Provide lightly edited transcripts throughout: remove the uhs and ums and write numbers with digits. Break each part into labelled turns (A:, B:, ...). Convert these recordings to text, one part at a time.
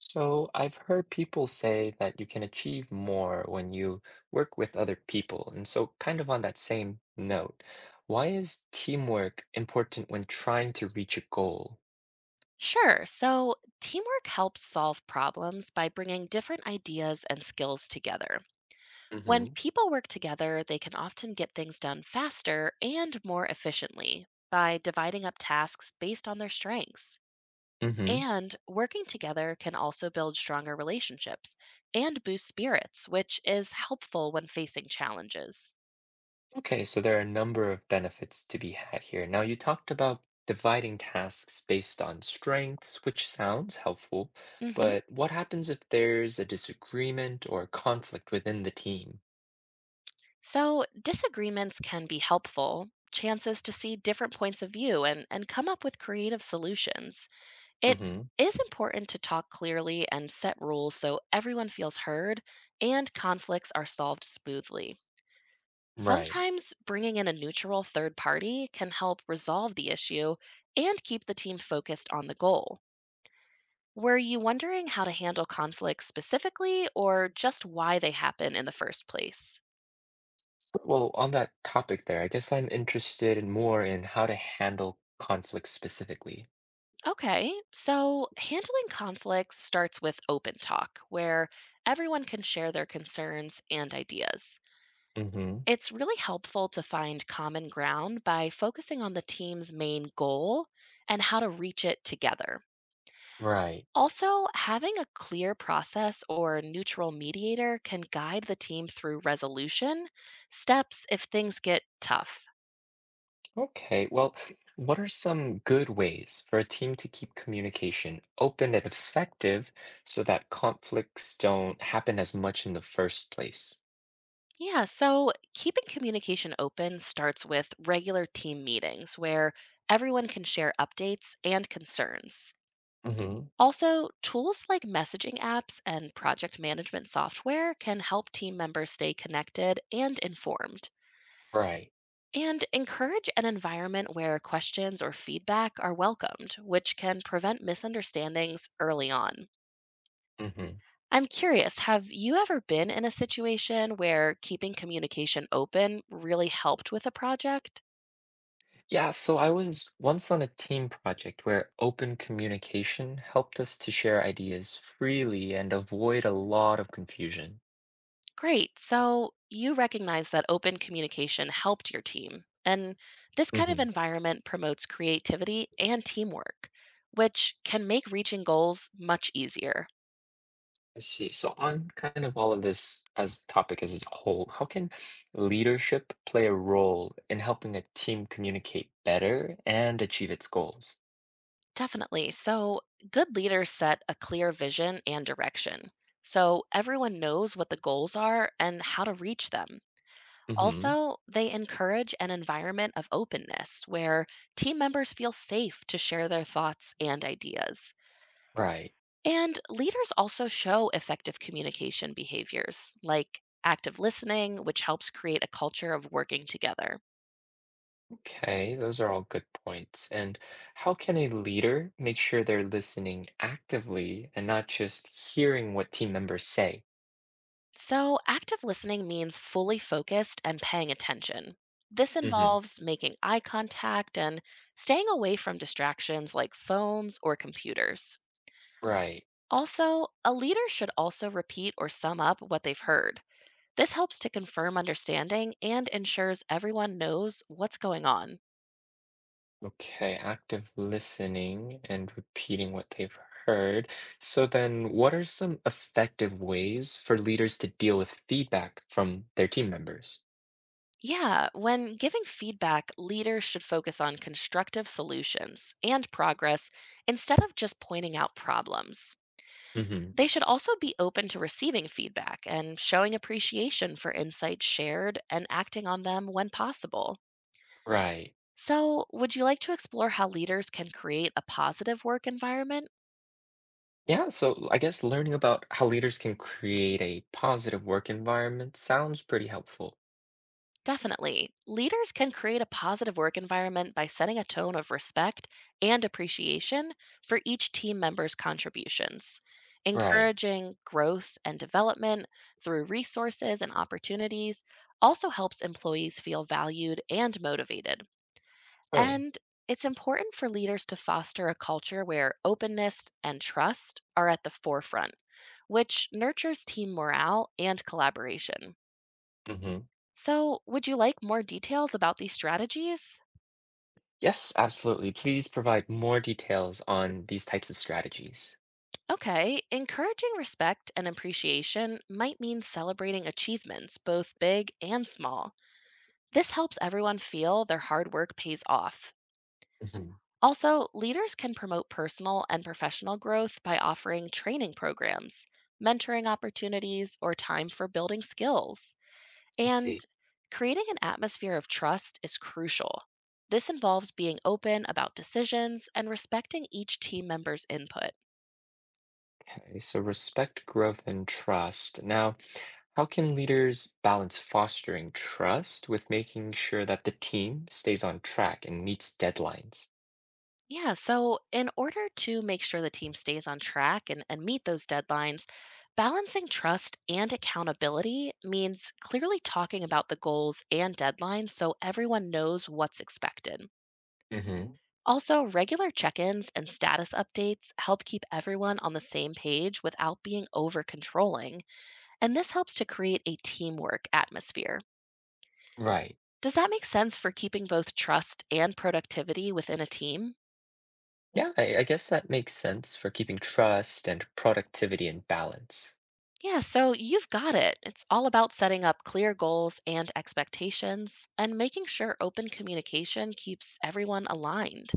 A: So, I've heard people say that you can achieve more when you work with other people. And so, kind of on that same note, why is teamwork important when trying to reach a goal?
B: Sure. So teamwork helps solve problems by bringing different ideas and skills together.
A: Hmm.
B: When people work together, they can often get things done faster and more efficiently by dividing up tasks based on their strengths.
A: Hmm.
B: And working together can also build stronger relationships and boost spirits, which is helpful when facing challenges.
A: Okay, so there are a number of benefits to be had here. Now, you talked about dividing tasks based on strengths, which sounds helpful,
B: hmm
A: but what happens if there's a disagreement or conflict within the team?
B: So, disagreements can be helpful, chances to see different points of view and come up with creative solutions. It
A: Hmm.
B: is important to talk clearly and set rules so everyone feels heard and conflicts are solved smoothly.
A: Right.
B: Sometimes bringing in a neutral third party can help resolve the issue and keep the team focused on the goal. Were you wondering how to handle conflicts specifically or just why they happen in the first place?
A: Well, on that topic there, I guess I'm interested in more in how to handle conflict specifically.
B: Okay, so handling conflicts starts with open talk, where everyone can share their concerns and ideas.
A: Hmm.
B: It's really helpful to find common ground by focusing on the team's main goal and how to reach it together.
A: Right.
B: Also, having a clear process or neutral mediator can guide the team through resolution steps if things get tough.
A: Okay. Well, what are some good ways for a team to keep communication open and effective so that conflicts don't happen as much in the first place?
B: Yeah, so keeping communication open starts with regular team meetings where everyone can share updates and concerns.
A: Hmm.
B: Also, tools like messaging apps and project management software can help team members stay connected and informed,
A: Right.
B: and encourage an environment where questions or feedback are welcomed, which can prevent misunderstandings early on.
A: Hmm.
B: I'm curious, have you ever been in a situation where keeping communication open really helped with a project?
A: Yeah, so I was once on a team project where open communication helped us to share ideas freely and avoid a lot of confusion.
B: Great. So you recognize that open communication helped your team. And this kind of environment promotes creativity and teamwork, which can make reaching goals much easier.
A: I see. So on kind of all of this as topic as a whole, how can leadership play a role in helping a team communicate better and achieve its goals?
B: Definitely. So good leaders set a clear vision and direction. So everyone knows what the goals are and how to reach them.
A: Hmm.
B: Also, they encourage an environment of openness where team members feel safe to share their thoughts and ideas.
A: Right.
B: And leaders also show effective communication behaviors like active listening, which helps create a culture of working together.
A: Okay, those are all good points. And how can a leader make sure they're listening actively and not just hearing what team members say?
B: So, active listening means fully focused and paying attention. This
A: Hmm.
B: involves making eye contact and staying away from distractions like phones or computers.
A: Right.
B: Also, a leader should also repeat or sum up what they've heard. This helps to confirm understanding and ensures everyone knows what's going on.
A: Okay, active listening and repeating what they've heard. So then, what are some effective ways for leaders to deal with feedback from their team members?
B: Yeah, when giving feedback, leaders should focus on constructive solutions and progress instead of just pointing out problems.
A: Hmm.
B: They should also be open to receiving feedback and showing appreciation for insights shared and acting on them when possible.
A: Right.
B: So, would you like to explore how leaders can create a positive work environment?
A: Yeah, so I guess learning about how leaders can create a positive work environment sounds pretty helpful.
B: Definitely. Leaders can create a positive work environment by setting a tone of respect and appreciation for each team member's contributions,
A: Right.
B: encouraging growth and development through resources and opportunities. Also helps employees feel valued and motivated.
A: Sure.
B: And it's important for leaders to foster a culture where openness and trust are at the forefront, which nurtures team morale and collaboration.
A: Hmm.
B: So, would you like more details about these strategies?
A: Yes, absolutely. Please provide more details on these types of strategies.
B: Okay, encouraging respect and appreciation might mean celebrating achievements, both big and small. This helps everyone feel their hard work pays off.
A: Hmm.
B: Also, leaders can promote personal and professional growth by offering training programs, mentoring opportunities, or time for building skills.
A: I
B: And
A: see.
B: creating an atmosphere of trust is crucial. This involves being open about decisions and respecting each team member's input.
A: Okay, so respect, growth, and trust. Now, how can leaders balance fostering trust with making sure that the team stays on track and meets deadlines?
B: Yeah, so in order to make sure the team stays on track and, meet those deadlines, balancing trust and accountability means clearly talking about the goals and deadlines so everyone knows what's expected.
A: Hmm.
B: Also, regular check ins and status updates help keep everyone on the same page without being over controlling. And this helps to create a teamwork atmosphere.
A: Right.
B: Does that make sense for keeping both trust and productivity within a team?
A: Yeah, I guess that makes sense for keeping trust and productivity in balance.
B: Yeah, so you've got it. It's all about setting up clear goals and expectations and making sure open communication keeps everyone aligned.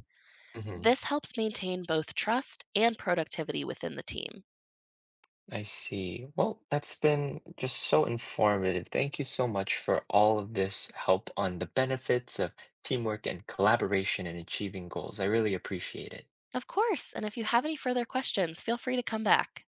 A: Hmm.
B: This helps maintain both trust and productivity within the team.
A: I see. Well, that's been just so informative. Thank you so much for all of this help on the benefits of teamwork and collaboration in achieving goals. I really appreciate it.
B: Of course, and if you have any further questions, feel free to come back.